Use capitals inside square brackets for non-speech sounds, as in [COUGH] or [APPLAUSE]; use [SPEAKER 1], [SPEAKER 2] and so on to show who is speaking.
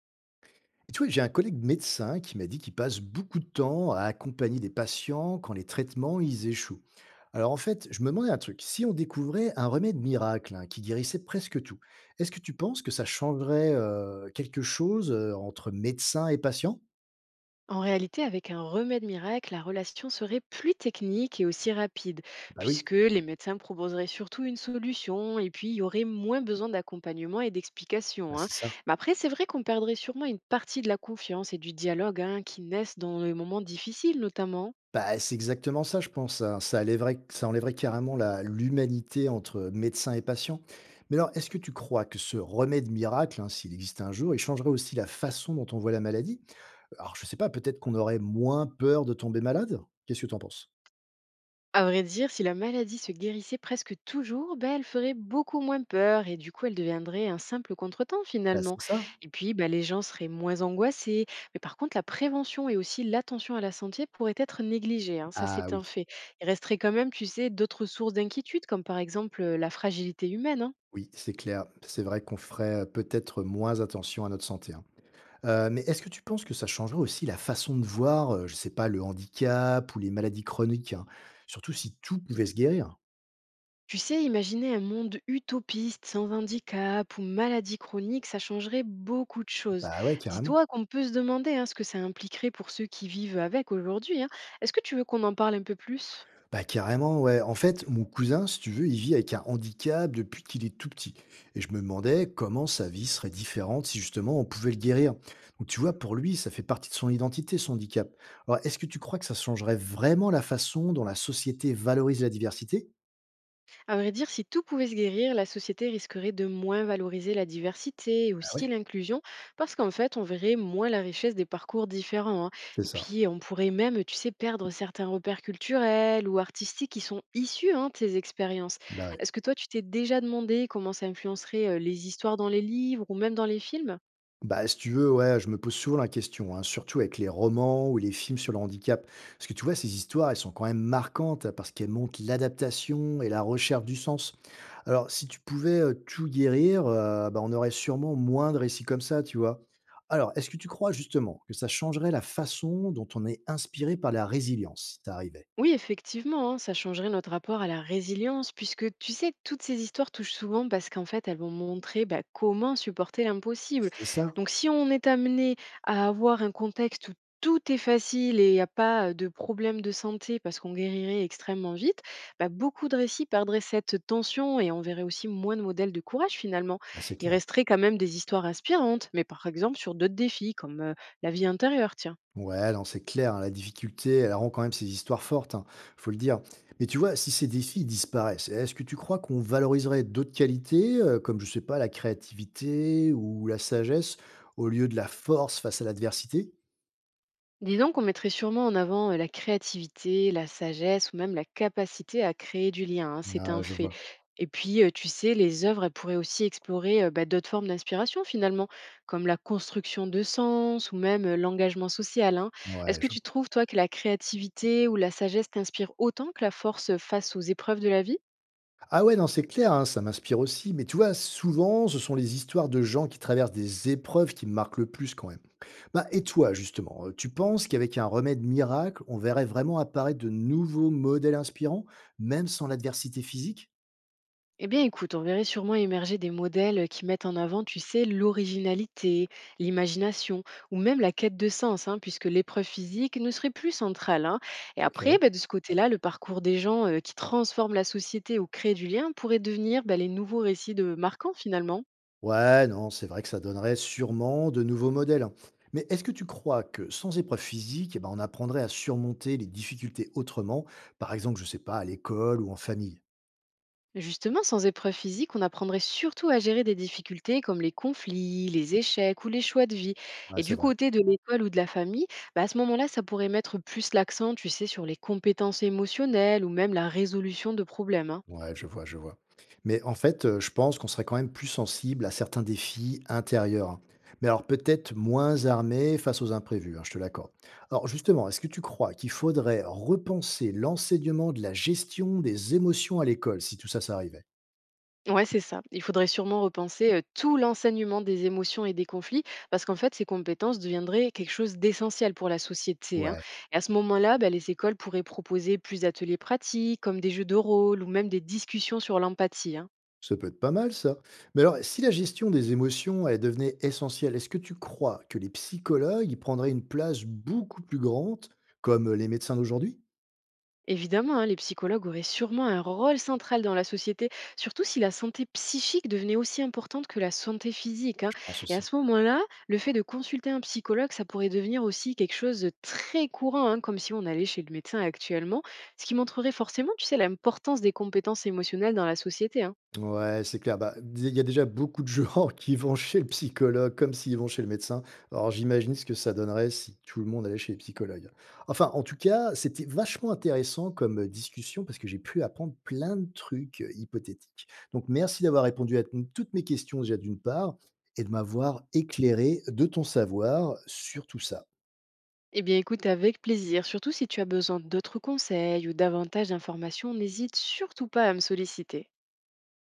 [SPEAKER 1] Et tu vois, j'ai un collègue médecin qui m'a dit qu'il passe beaucoup de temps à accompagner des patients quand les traitements, ils échouent. Alors en fait, je me demandais un truc. Si on découvrait un remède miracle hein, qui guérissait presque tout, est-ce que tu penses que ça changerait quelque chose entre médecin et patient?
[SPEAKER 2] En réalité, avec un remède miracle, la relation serait plus technique et aussi rapide,
[SPEAKER 1] Bah oui,
[SPEAKER 2] puisque les médecins proposeraient surtout une solution et puis il y aurait moins besoin d'accompagnement et
[SPEAKER 1] bah
[SPEAKER 2] d'explications, hein.
[SPEAKER 1] c'est ça.
[SPEAKER 2] Mais après, c'est vrai qu'on perdrait sûrement une partie de la confiance et du dialogue, hein, qui naissent dans les moments difficiles notamment.
[SPEAKER 1] Bah c'est exactement ça, je pense. Hein. Ça enlèverait, carrément l'humanité entre médecin et patient. Mais alors, est-ce que tu crois que ce remède miracle, hein, s'il existe un jour, il changerait aussi la façon dont on voit la maladie? Alors je sais pas, peut-être qu'on aurait moins peur de tomber malade? Qu'est-ce que tu en penses?
[SPEAKER 2] À vrai dire, si la maladie se guérissait presque toujours, ben, elle ferait beaucoup moins peur et du coup elle deviendrait un simple contretemps
[SPEAKER 1] Bah,
[SPEAKER 2] finalement.
[SPEAKER 1] c'est ça.
[SPEAKER 2] Et puis ben, les gens seraient moins angoissés. Mais par contre, la prévention et aussi l'attention à la santé pourraient être négligées, hein, ça,
[SPEAKER 1] Ah
[SPEAKER 2] c'est
[SPEAKER 1] oui,
[SPEAKER 2] un fait. Il resterait quand même, tu sais, d'autres sources d'inquiétude comme par exemple la fragilité humaine, hein.
[SPEAKER 1] oui, c'est clair. C'est vrai qu'on ferait, peut-être moins attention à notre santé, hein. Mais est-ce que tu penses que ça changerait aussi la façon de voir, je sais pas, le handicap ou les maladies chroniques, hein? Surtout si tout pouvait se guérir.
[SPEAKER 2] Tu sais, imaginer un monde utopiste, sans handicap ou maladie chronique, ça changerait beaucoup de choses.
[SPEAKER 1] Bah ouais, carrément.
[SPEAKER 2] Dis-toi qu'on peut se demander, hein, ce que ça impliquerait pour ceux qui vivent avec aujourd'hui, hein. Est-ce que tu veux qu'on en parle un peu plus?
[SPEAKER 1] Bah, carrément, ouais. En fait, mon cousin, si tu veux, il vit avec un handicap depuis qu'il est tout petit. Et je me demandais comment sa vie serait différente si justement on pouvait le guérir. Donc, tu vois, pour lui, ça fait partie de son identité, son handicap. Alors, est-ce que tu crois que ça changerait vraiment la façon dont la société valorise la diversité?
[SPEAKER 2] À vrai dire, si tout pouvait se guérir, la société risquerait de moins valoriser la diversité et
[SPEAKER 1] Bah
[SPEAKER 2] aussi
[SPEAKER 1] ouais,
[SPEAKER 2] l'inclusion, parce qu'en fait, on verrait moins la richesse des parcours différents, hein.
[SPEAKER 1] c'est
[SPEAKER 2] Et
[SPEAKER 1] ça.
[SPEAKER 2] puis, on pourrait même, tu sais, perdre certains repères culturels ou artistiques qui sont issus, hein, de ces expériences.
[SPEAKER 1] Bah ouais.
[SPEAKER 2] Est-ce que toi, tu t'es déjà demandé comment ça influencerait les histoires dans les livres ou même dans les films?
[SPEAKER 1] Bah, si tu veux, ouais, je me pose souvent la question, hein, surtout avec les romans ou les films sur le handicap. Parce que tu vois, ces histoires, elles sont quand même marquantes hein, parce qu'elles montrent l'adaptation et la recherche du sens. Alors, si tu pouvais tout guérir, bah, on aurait sûrement moins de récits comme ça, tu vois. Alors, est-ce que tu crois justement que ça changerait la façon dont on est inspiré par la résilience, si ça arrivait?
[SPEAKER 2] Oui, effectivement, hein, ça changerait notre rapport à la résilience, puisque tu sais, toutes ces histoires touchent souvent parce qu'en fait, elles vont montrer bah, comment supporter l'impossible.
[SPEAKER 1] C'est ça?
[SPEAKER 2] Donc, si on est amené à avoir un contexte où tout est facile et il n'y a pas de problème de santé parce qu'on guérirait extrêmement vite, bah, beaucoup de récits perdraient cette tension et on verrait aussi moins de modèles de courage finalement.
[SPEAKER 1] Bah, c'est
[SPEAKER 2] Il
[SPEAKER 1] clair.
[SPEAKER 2] resterait quand même des histoires inspirantes, mais par exemple sur d'autres défis comme la vie intérieure, tiens.
[SPEAKER 1] Ouais, non, c'est clair, hein, la difficulté, elle rend quand même ces histoires fortes, hein, faut le dire. Mais tu vois, si ces défis disparaissent, est-ce que tu crois qu'on valoriserait d'autres qualités, comme je sais pas, la créativité ou la sagesse, au lieu de la force face à l'adversité?
[SPEAKER 2] Disons qu'on mettrait sûrement en avant la créativité, la sagesse ou même la capacité à créer du lien, hein, c'est
[SPEAKER 1] Ah,
[SPEAKER 2] un
[SPEAKER 1] je
[SPEAKER 2] fait.
[SPEAKER 1] vois.
[SPEAKER 2] Et puis, tu sais, les œuvres, elles pourraient aussi explorer bah, d'autres formes d'inspiration finalement, comme la construction de sens ou même l'engagement social, hein.
[SPEAKER 1] Ouais,
[SPEAKER 2] Est-ce que
[SPEAKER 1] je.
[SPEAKER 2] tu trouves, toi, que la créativité ou la sagesse t'inspire autant que la force face aux épreuves de la vie?
[SPEAKER 1] Ah ouais, non, c'est clair, hein, ça m'inspire aussi. Mais tu vois, souvent, ce sont les histoires de gens qui traversent des épreuves qui me marquent le plus quand même. Bah, et toi, justement, tu penses qu'avec un remède miracle, on verrait vraiment apparaître de nouveaux modèles inspirants, même sans l'adversité physique?
[SPEAKER 2] Eh bien, écoute, on verrait sûrement émerger des modèles qui mettent en avant, tu sais, l'originalité, l'imagination ou même la quête de sens, hein, puisque l'épreuve physique ne serait plus centrale, hein. Et après,
[SPEAKER 1] Ok.
[SPEAKER 2] bah, de ce côté-là, le parcours des gens qui transforment la société ou créent du lien pourrait devenir bah, les nouveaux récits de marquants finalement.
[SPEAKER 1] Ouais, non, c'est vrai que ça donnerait sûrement de nouveaux modèles. Hein. Mais est-ce que tu crois que sans épreuve physique, eh ben, on apprendrait à surmonter les difficultés autrement, par exemple, je sais pas, à l'école ou en famille?
[SPEAKER 2] Justement, sans épreuve physique, on apprendrait surtout à gérer des difficultés comme les conflits, les échecs ou les choix de vie.
[SPEAKER 1] Ouais,
[SPEAKER 2] Et
[SPEAKER 1] c'est
[SPEAKER 2] du
[SPEAKER 1] vrai.
[SPEAKER 2] côté de l'école ou de la famille, bah, à ce moment-là, ça pourrait mettre plus l'accent, tu sais, sur les compétences émotionnelles ou même la résolution de problèmes, hein.
[SPEAKER 1] Ouais, je vois, je vois. Mais en fait, je pense qu'on serait quand même plus sensible à certains défis intérieurs, hein. Mais alors peut-être moins armés face aux imprévus, hein, je te l'accorde. Alors justement, est-ce que tu crois qu'il faudrait repenser l'enseignement de la gestion des émotions à l'école si tout ça, ça arrivait?
[SPEAKER 2] Ouais, c'est ça. Il faudrait sûrement repenser tout l'enseignement des émotions et des conflits, parce qu'en fait, ces compétences deviendraient quelque chose d'essentiel pour la société, hein.
[SPEAKER 1] Ouais,
[SPEAKER 2] Et à ce moment-là, bah, les écoles pourraient proposer plus d'ateliers pratiques, comme des jeux de rôle ou même des discussions sur l'empathie, hein.
[SPEAKER 1] ça peut être pas mal ça. Mais alors si la gestion des émotions, elle devenait essentielle, est-ce que tu crois que les psychologues, y prendraient une place beaucoup plus grande comme, les médecins d'aujourd'hui?
[SPEAKER 2] Évidemment, hein, les psychologues auraient sûrement un rôle central dans la société, surtout si la santé psychique devenait aussi importante que la santé physique, hein.
[SPEAKER 1] Je pense
[SPEAKER 2] Et à
[SPEAKER 1] aussi.
[SPEAKER 2] ce moment-là, le fait de consulter un psychologue, ça pourrait devenir aussi quelque chose de très courant, hein, comme si on allait chez le médecin actuellement, ce qui montrerait forcément, tu sais, l'importance des compétences émotionnelles dans la société, hein.
[SPEAKER 1] Ouais, c'est clair. Bah, d il y a déjà beaucoup de gens [LAUGHS] qui vont chez le psychologue comme s'ils vont chez le médecin. Alors j'imagine ce que ça donnerait si tout le monde allait chez le psychologue. Enfin, en tout cas, c'était vachement intéressant comme, discussion parce que j'ai pu apprendre plein de trucs, hypothétiques. Donc merci d'avoir répondu à ton toutes mes questions déjà d'une part et de m'avoir éclairé de ton savoir sur tout ça.
[SPEAKER 2] Eh bien, écoute, avec plaisir, surtout si tu as besoin d'autres conseils ou davantage d'informations, n'hésite surtout pas à me solliciter.